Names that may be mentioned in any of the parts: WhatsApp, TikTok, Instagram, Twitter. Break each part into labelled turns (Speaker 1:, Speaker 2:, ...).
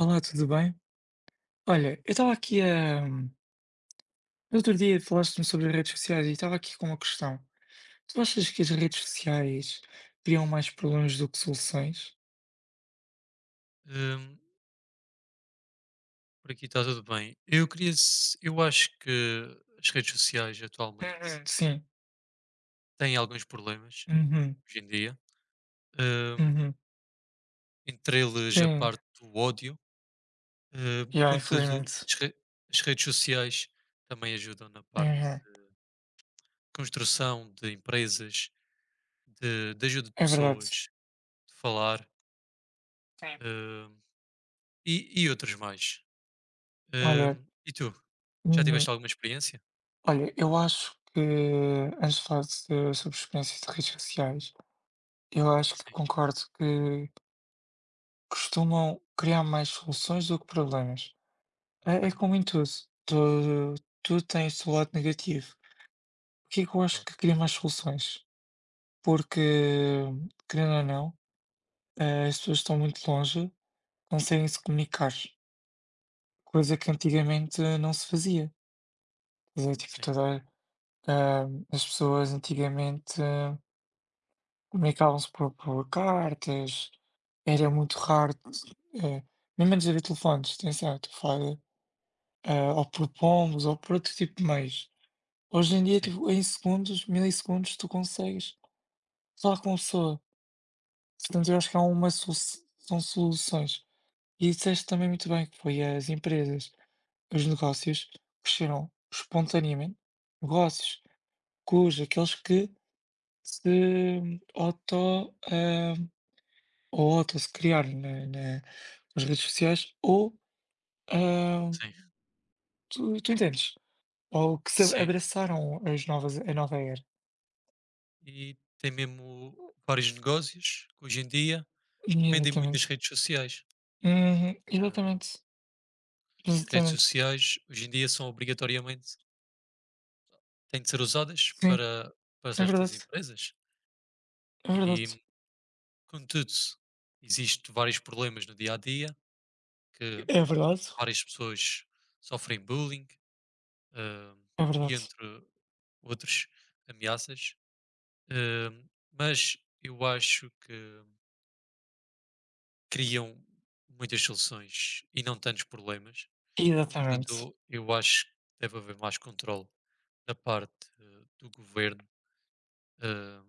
Speaker 1: Olá, tudo bem? Olha, eu estava aqui a. No outro dia falaste-me sobre redes sociais e estava aqui com uma questão. Tu achas que as redes sociais criam mais problemas do que soluções?
Speaker 2: Hum, por aqui está tudo bem. Eu queria, se- Eu acho que as redes sociais atualmente
Speaker 1: Uhum, sim.
Speaker 2: têm alguns problemas
Speaker 1: Uhum,
Speaker 2: hoje em dia, hum,
Speaker 1: uhum.
Speaker 2: entre eles a
Speaker 1: Sim.
Speaker 2: parte do ódio.
Speaker 1: Yeah,
Speaker 2: Contudo,
Speaker 1: infelizmente.
Speaker 2: as redes sociais também ajudam na parte
Speaker 1: Uhum.
Speaker 2: de construção de empresas, de ajuda de
Speaker 1: É verdade.
Speaker 2: pessoas, de falar,
Speaker 1: Sim.
Speaker 2: hum, e outros mais.
Speaker 1: Olha,
Speaker 2: E tu? Já
Speaker 1: uhum.
Speaker 2: tiveste alguma experiência?
Speaker 1: Olha, eu acho que, antes de falar sobre experiências de redes sociais, eu acho que
Speaker 2: Sim,
Speaker 1: concordo que costumam criar mais soluções do que problemas.
Speaker 2: ok,
Speaker 1: É é como em tudo, tudo tem o seu lado negativo. O que é que eu acho
Speaker 2: claro,
Speaker 1: que cria mais soluções? Porque, querendo ou não, as pessoas estão muito longe, conseguem se comunicar, coisa que antigamente não se fazia. Quer dizer, tipo,
Speaker 2: sim,
Speaker 1: toda, ah, as pessoas antigamente comunicavam-se por cartas, era muito raro, eh, nem mesmo antes de haver telefones, atenção, estou a falar, ou por pombos ou por outro tipo de meios. Hoje em dia,
Speaker 2: sim,
Speaker 1: tipo, em segundos, milissegundos, tu consegues falar com a pessoa. Portanto, eu acho que há uma solu são soluções. E disseste também muito bem que foi as empresas, os negócios cresceram espontaneamente, negócios cujos aqueles que se auto, ou auto se criaram na nas redes sociais ou, ah,
Speaker 2: sim.
Speaker 1: tu entendes? Ou que se
Speaker 2: Sim,
Speaker 1: abraçaram as novas a nova era.
Speaker 2: e tem mesmo vários negócios que hoje em dia dependem muito das
Speaker 1: Exatamente.
Speaker 2: redes sociais.
Speaker 1: Uhum,
Speaker 2: Ah,
Speaker 1: exatamente.
Speaker 2: As redes
Speaker 1: Exatamente.
Speaker 2: sociais hoje em dia são obrigatoriamente têm de ser usadas
Speaker 1: Sim,
Speaker 2: para
Speaker 1: é
Speaker 2: certas
Speaker 1: verdade,
Speaker 2: empresas.
Speaker 1: é verdade.
Speaker 2: E, contudo, existem vários problemas no dia a dia que
Speaker 1: É
Speaker 2: pá,
Speaker 1: verdade,
Speaker 2: várias pessoas sofrem bullying, ah,
Speaker 1: é
Speaker 2: e
Speaker 1: verdade.
Speaker 2: entre outros ameaças. Ah, mas eu acho que criam muitas soluções e não tantos problemas.
Speaker 1: Exatamente,
Speaker 2: Contudo, eu acho que deve haver mais controle da parte do governo, eh,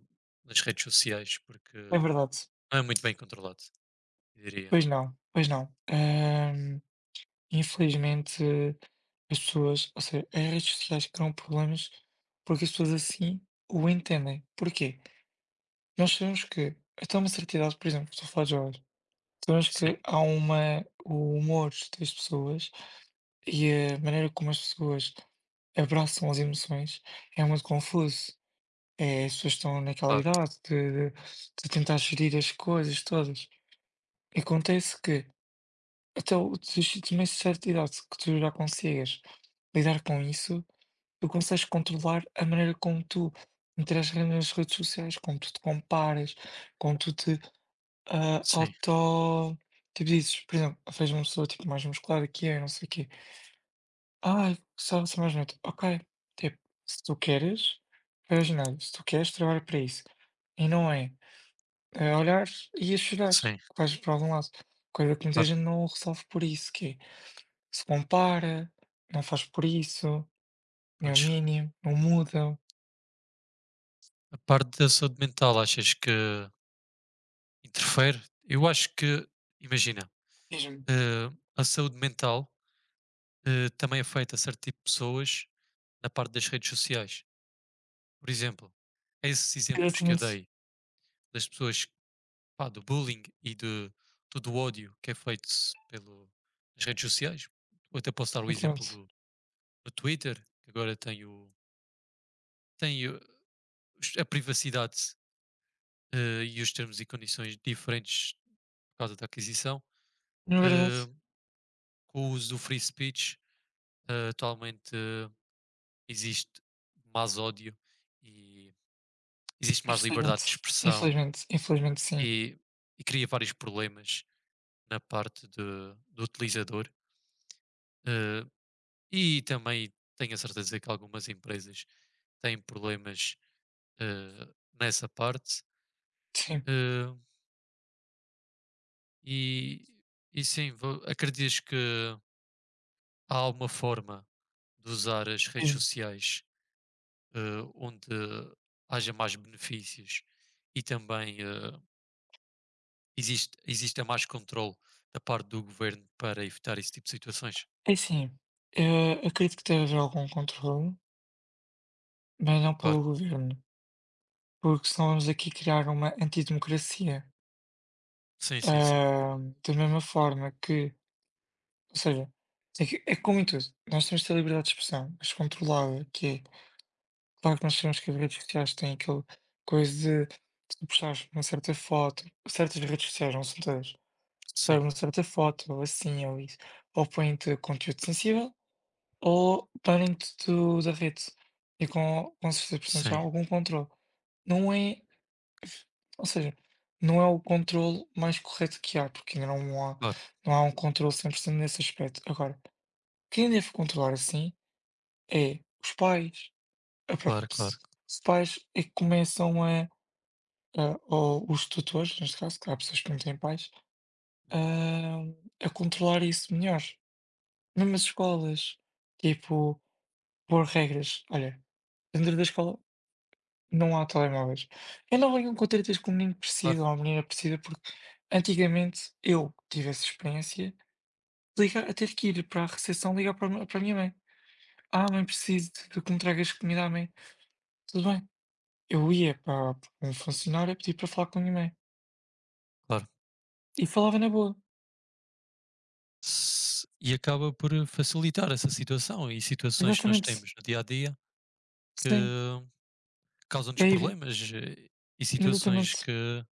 Speaker 2: nas redes sociais, porque
Speaker 1: é verdade.
Speaker 2: não é muito bem controlado, eu diria.
Speaker 1: Pois não, pois não. Infelizmente, as pessoas, ou seja, as redes sociais criam problemas porque as pessoas assim o entendem. Porquê? Nós sabemos que, até uma certa idade, por exemplo, estou a falar de jovens, sabemos
Speaker 2: Sim,
Speaker 1: que há uma, o humor das pessoas e a maneira como as pessoas abraçam as emoções é muito confuso. É, as pessoas estão naquela
Speaker 2: claro.
Speaker 1: idade de tentar gerir as coisas todas. Acontece que até o tu chegas a uma certa idade que tu já consigas lidar com isso, tu consegues controlar a maneira como tu interages nas redes sociais, como tu te comparas, como tu te, ah,
Speaker 2: Sim,
Speaker 1: auto tipo dizes, por exemplo: fez uma pessoa, tipo, mais muscular que eu não sei o quê. 'Ai, gostava de ser mais bonita'". Ok, tipo, se tu queres, vai ao se tu queres, trabalha para isso. E não é: a olhar e a chorar,
Speaker 2: sim,
Speaker 1: quase para algum lado. Coisa que muita
Speaker 2: claro.
Speaker 1: gente não resolve por isso, que é, se compara, não faz por isso, nem é o
Speaker 2: Pois.
Speaker 1: mínimo, não muda,
Speaker 2: A parte da saúde mental, achas que interfere? Eu acho que, imagina,
Speaker 1: mesmo.
Speaker 2: eh, a saúde mental também afeta certo tipo de pessoas na parte das redes sociais. Por exemplo, é esses exemplos que eu
Speaker 1: Exatamente,
Speaker 2: dei das pessoas, pá, do bullying e o ódio que é feito nas redes sociais. Eu até posso dar o exemplo
Speaker 1: exatamente.
Speaker 2: do, do Twitter, que agora tem a privacidade e os termos e condições diferentes por causa da aquisição.
Speaker 1: Na
Speaker 2: Eh,
Speaker 1: verdade,
Speaker 2: com o uso do free speech, atualmente existe mais ódio e existe mais liberdade de
Speaker 1: infelizmente,
Speaker 2: expressão
Speaker 1: infelizmente, infelizmente sim,
Speaker 2: e, e cria vários problemas na parte do utilizador. eh, e também tenho a certeza que algumas empresas têm problemas, nessa parte.
Speaker 1: sim,
Speaker 2: Eh, e, e sim, acreditas que há uma forma de usar as redes
Speaker 1: mesmo.
Speaker 2: sociais, eh, onde haja mais benefícios e também exista mais controle da parte do governo para evitar esse tipo de situações?
Speaker 1: É assim, eu acredito que deve haver algum controle, mas não
Speaker 2: Claro.
Speaker 1: pelo governo, porque senão vamos aqui criar uma antidemocracia.
Speaker 2: Sim, sim, sim,
Speaker 1: Ah,
Speaker 2: compreendo.
Speaker 1: da mesma forma que ou seja, é que é como em tudo, nós temos de ter liberdade de expressão, mas controlada, que é, claro que nós sabemos que as redes sociais têm aquela coisa de, se tu postares uma certa foto, certas redes sociais, não são todas, se
Speaker 2: Sim,
Speaker 1: postares uma certa foto, ou assim, ou isso, ou põem-te conteúdo sensível, ou banem-te da rede, e com certeza, portanto, há
Speaker 2: sim.
Speaker 1: algum controle. Não é, ou seja, não é o controle mais correto que há, porque ainda não há,
Speaker 2: Claro.
Speaker 1: não há um controle 100% nesse aspecto. Agora, quem deve controlar assim é os pais, a própria
Speaker 2: Claro, claro.
Speaker 1: pessoa, os pais é que começam a ou os tutores, neste caso, que há pessoas que não têm pais,
Speaker 2: Hum.
Speaker 1: hã, a controlar isso melhor. Mesmo as escolas, tipo, pôr regras. Olha, dentro da escola não há telemóveis. Eu não venho com tretas que o menino
Speaker 2: Claro,
Speaker 1: precisa ou a menina precisa, porque antigamente eu tive essa experiência de ligar a ter que ir para a recepção ligar para a minha mãe: "Ah, mãe, preciso de que me tragas comida à mãe", "Tudo bem". Eu ia para um funcionário a pedir para falar com a minha mãe.
Speaker 2: claro.
Speaker 1: E falava na boa.
Speaker 2: Se e acaba por facilitar essa situação e situações que nós
Speaker 1: Exatamente.
Speaker 2: temos no dia a dia que
Speaker 1: Sim.
Speaker 2: causam-nos
Speaker 1: É evi
Speaker 2: problemas, e situações
Speaker 1: exatamente,
Speaker 2: que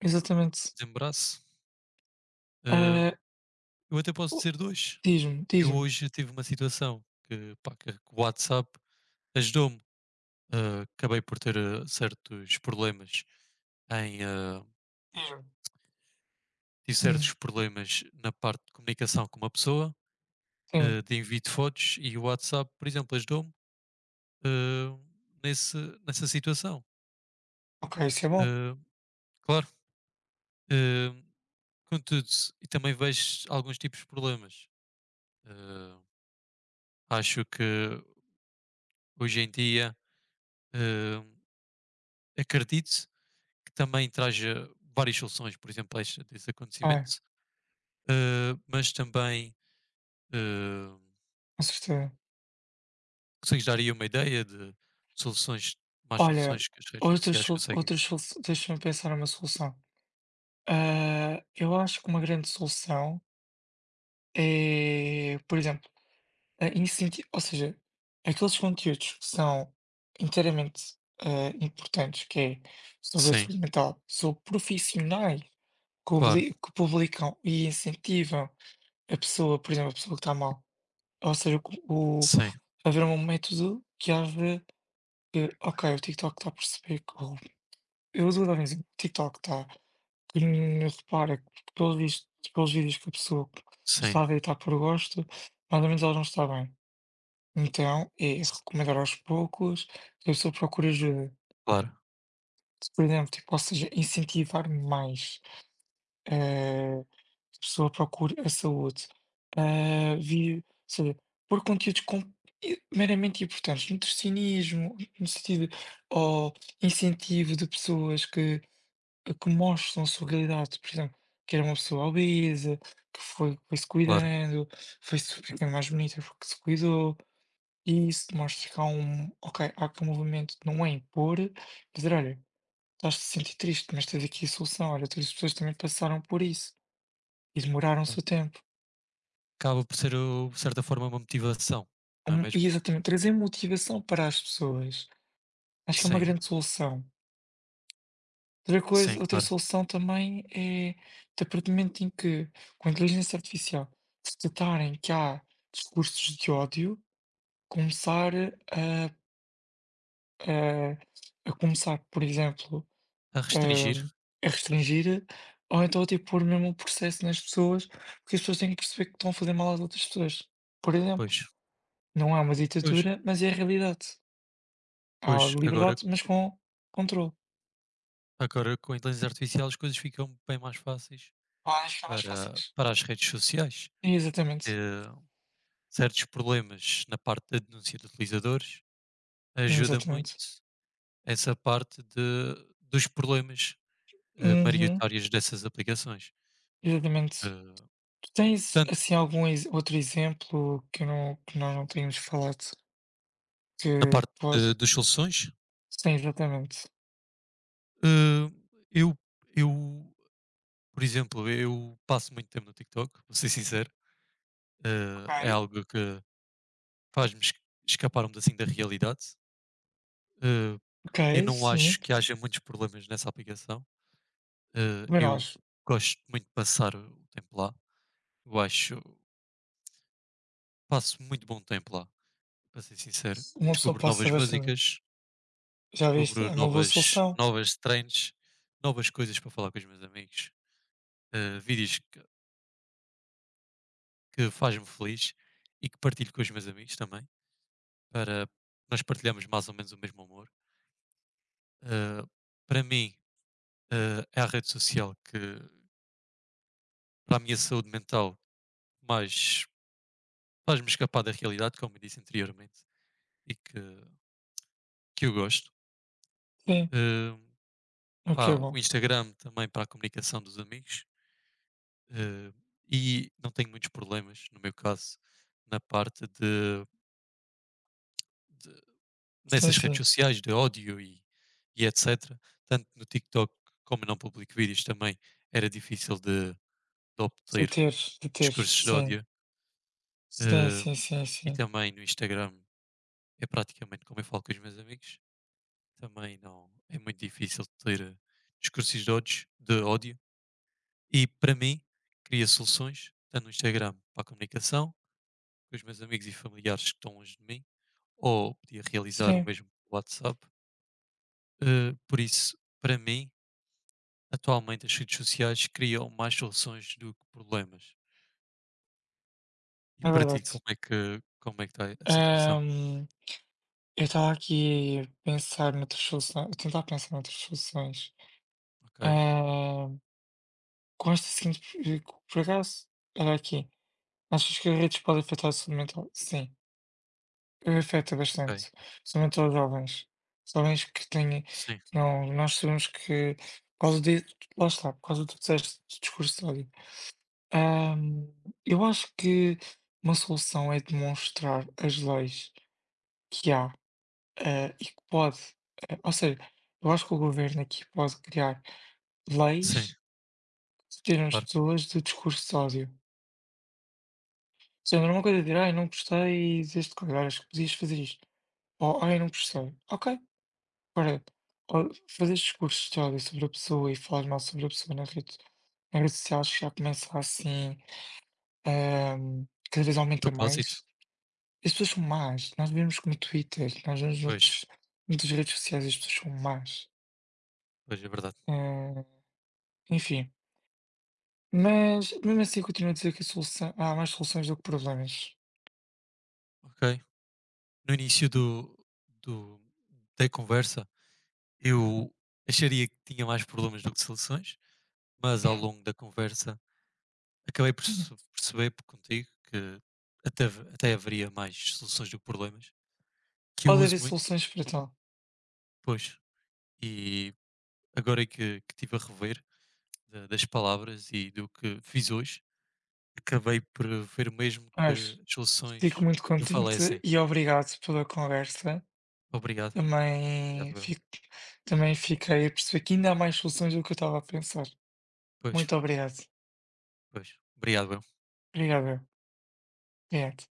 Speaker 1: exatamente.
Speaker 2: desembaraço.
Speaker 1: Ah,
Speaker 2: Hum, eu até posso
Speaker 1: o
Speaker 2: dizer dois. Eu
Speaker 1: diz-me,
Speaker 2: hoje tive uma situação que, pá, que o WhatsApp ajudou-me. Ah, acabei por ter, ah, certos problemas em, ah,
Speaker 1: diz-me.
Speaker 2: tive certos
Speaker 1: Hum,
Speaker 2: problemas na parte de comunicação com uma pessoa,
Speaker 1: sim.
Speaker 2: ah, de envio de fotos e o WhatsApp, por exemplo, ajudou-me, eh, nesse, nessa situação.
Speaker 1: Ok, isso é bom.
Speaker 2: Eh, Claro, eh, contudo, e também vejo alguns tipos de problemas. Eh, Acho que hoje em dia, eh, acredito que também traja várias soluções, por exemplo, este, desse
Speaker 1: Ai,
Speaker 2: acontecimento, mas também eh,
Speaker 1: com certeza.
Speaker 2: consegues dar aí uma ideia de soluções, mais
Speaker 1: Olha,
Speaker 2: soluções que as redes sociais conseguem.
Speaker 1: outras solu deixa-me pensar numa solução. Ah, eu acho que uma grande solução é, por exemplo Eh, incenti ou seja, aqueles conteúdos que são inteiramente, importantes, que é sobre a
Speaker 2: Sim,
Speaker 1: saúde mental, sobre profissionais
Speaker 2: claro,
Speaker 1: que publicam e incentivam a pessoa, por exemplo, a pessoa que está mal, ou seja, o o
Speaker 2: sim,
Speaker 1: haver um método que haja que: "Ok, o TikTok está a perceber que" ou eu uso dar um exemplo, o TikTok está que repara que pelos vistos pelos vídeos que a pessoa
Speaker 2: sim,
Speaker 1: está a ver e está por gosto, mais ou menos ela não está bem. Então, é
Speaker 2: s-
Speaker 1: recomendar aos poucos, que a pessoa procure ajuda.
Speaker 2: claro,
Speaker 1: Se, por exemplo, tipo, ou seja, incentivar mais, eh, que a pessoa procure a saúde. Ah, vir, ou seja, pôr conteúdos com, meramente importantes, nutricionismo, no sentido, ou incentivo de pessoas que mostram a sua realidade, por exemplo, que era uma pessoa obesa, que foi se
Speaker 2: claro,
Speaker 1: cuidando, foi se ficando mais bonita porque se cuidou. E isso demonstra que há um ok, há aqui um movimento, não é impor, dizer: "Olha, estás a sentir triste, mas tens aqui a solução, olha, todas as pessoas também passaram por isso e demoraram o
Speaker 2: claro.
Speaker 1: seu tempo".
Speaker 2: Acaba por ser, o de certa forma, uma motivação, não é mesmo?
Speaker 1: E exatamente, trazer motivação para as pessoas, acho que é uma
Speaker 2: Sim,
Speaker 1: grande solução.
Speaker 2: sim,
Speaker 1: Outra
Speaker 2: claro.
Speaker 1: solução também é, a partir do momento em que, com a inteligência artificial, se detectarem que há discursos de ódio, começar a a a começar, por exemplo,
Speaker 2: A restringir,
Speaker 1: hum, a restringir, ou então tipo pôr mesmo um processo nas pessoas, porque as pessoas têm que perceber que estão a fazer mal às outras pessoas. Por exemplo,
Speaker 2: pois.
Speaker 1: não há uma
Speaker 2: Pois,
Speaker 1: ditadura, mas é a realidade. Há
Speaker 2: pois, agora
Speaker 1: liberdade, mas com controle.
Speaker 2: agora com a inteligência artificial as coisas ficam bem mais fáceis
Speaker 1: Há as chamas
Speaker 2: para
Speaker 1: fáceis.
Speaker 2: para as redes sociais.
Speaker 1: Exatamente.
Speaker 2: Eh, Certos problemas na parte da denúncia de utilizadores, ajuda muito
Speaker 1: Exatamente.
Speaker 2: essa parte de dos problemas,
Speaker 1: Uhum,
Speaker 2: maioritários dessas aplicações.
Speaker 1: exatamente.
Speaker 2: Eh,
Speaker 1: Tu tens
Speaker 2: Tanto
Speaker 1: assim algum outro exemplo que, não, que nós não tínhamos falado
Speaker 2: na
Speaker 1: que
Speaker 2: parte
Speaker 1: pode.
Speaker 2: de das soluções,
Speaker 1: Sim, exatamente.
Speaker 2: eh, eu eu Por exemplo, eu passo muito tempo no TikTok, vou ser sincero,
Speaker 1: Ok.
Speaker 2: é algo que faz-me es- escapar um pedacinho da realidade. Eh, eu
Speaker 1: Ok,
Speaker 2: não
Speaker 1: sim.
Speaker 2: acho que haja muitos problemas nessa aplicação.
Speaker 1: Também
Speaker 2: Eu
Speaker 1: nós.
Speaker 2: gosto muito de passar o tempo lá. Eu acho, passo muito bom tempo lá, para ser sincero.
Speaker 1: Uma pessoa
Speaker 2: Descubro novas
Speaker 1: passa bastante.
Speaker 2: músicas,
Speaker 1: Já viste?
Speaker 2: descubro
Speaker 1: É uma boa solução.
Speaker 2: novas trends, novas coisas para falar com os meus amigos, vídeos que fazem-me feliz e que partilho com os meus amigos também. Para nós partilhamos mais ou menos o mesmo humor. Ah, para mim, é a rede social que, para a minha saúde mental, mais faz-me escapar da realidade, como eu disse anteriormente, e que, que eu gosto.
Speaker 1: Sim,
Speaker 2: Ah,
Speaker 1: o que
Speaker 2: pá,
Speaker 1: é bom.
Speaker 2: o Instagram também para a comunicação dos amigos, ah, e não tenho muitos problemas, no meu caso, na parte de-
Speaker 1: Sim,
Speaker 2: nessas
Speaker 1: sim.
Speaker 2: redes sociais de ódio e etc. Tanto no TikTok como eu não publico vídeos também era difícil de
Speaker 1: De
Speaker 2: obter
Speaker 1: ter, de ter,
Speaker 2: discursos de
Speaker 1: sim.
Speaker 2: ódio.
Speaker 1: Sim,
Speaker 2: eh,
Speaker 1: sim, sim,
Speaker 2: e
Speaker 1: sim.
Speaker 2: também no Instagram é praticamente como eu falo com os meus amigos. Também não é muito difícil ter discursos de ódio, de ódio. E para mim, cria soluções, tanto no Instagram para a comunicação com os meus amigos e familiares que estão longe de mim, ou podia realizar o
Speaker 1: Sim,
Speaker 2: mesmo pelo WhatsApp. Por isso, para mim, atualmente as redes sociais criam mais soluções do que problemas. E
Speaker 1: é
Speaker 2: para ti,
Speaker 1: verdade.
Speaker 2: como é que está a situação?
Speaker 1: Hum, eu estava aqui a pensar noutras soluções, a tentar pensar noutras soluções.
Speaker 2: Ok?
Speaker 1: Hum, com esta seguinte, por acaso, olha aqui, achas que as redes podem afetar a saúde mental? Sim. Afeta
Speaker 2: Ok.
Speaker 1: bastante, principalmente aos jovens. Os jovens que têm que
Speaker 2: Sim,
Speaker 1: não nós sabemos que por causa de lá está, por causa do tu disseste, do discurso de ódio. Hum, eu acho que uma solução é demonstrar as leis que há, eh, e que pode, ou seja, eu acho que o governo aqui pode criar
Speaker 2: sim,
Speaker 1: leis que protegem as
Speaker 2: claro.
Speaker 1: pessoas do discurso de ódio. Ou seja, não é uma coisa de dizer: "Ai, não gostei deste coisa, olha, acho que podias fazer isto", ou "Ai, não
Speaker 2: Sim,
Speaker 1: gostei". Ok. Ora, ao fazer discursos de ódio sobre a pessoa e falar mal sobre a pessoa na rede nas redes sociais já começa assim, cada vez
Speaker 2: de
Speaker 1: aumenta
Speaker 2: propósito.
Speaker 1: mais. As pessoas são más, nós vemos que no Twitter, nós vemos
Speaker 2: Pois,
Speaker 1: noutros, noutras redes sociais as pessoas são más.
Speaker 2: pois é verdade.
Speaker 1: Hum, enfim, mas mesmo assim eu continuo a dizer que a solução, há mais soluções do que problemas.
Speaker 2: Ok. No início do, da conversa, eu acharia que tinha mais problemas do que soluções, mas ao longo da conversa acabei por
Speaker 1: Hum.
Speaker 2: perceber por contigo que até, v- até haveria mais soluções do que problemas, que eu
Speaker 1: Pode haver
Speaker 2: uso muito,
Speaker 1: soluções para tal.
Speaker 2: pois. E agora que estive a rever das palavras e do que fiz hoje, acabei por ver mesmo que
Speaker 1: Mas
Speaker 2: as
Speaker 1: fico
Speaker 2: soluções
Speaker 1: muito contente
Speaker 2: prevalecem.
Speaker 1: e obrigado pela conversa.
Speaker 2: Obrigado, obrigado
Speaker 1: Também
Speaker 2: eu.
Speaker 1: fico, também fiquei a perceber que ainda há mais soluções do que eu estava a pensar.
Speaker 2: Pois,
Speaker 1: Muito obrigado.
Speaker 2: pois. Obrigado eu.
Speaker 1: Obrigado, eu. Obrigado.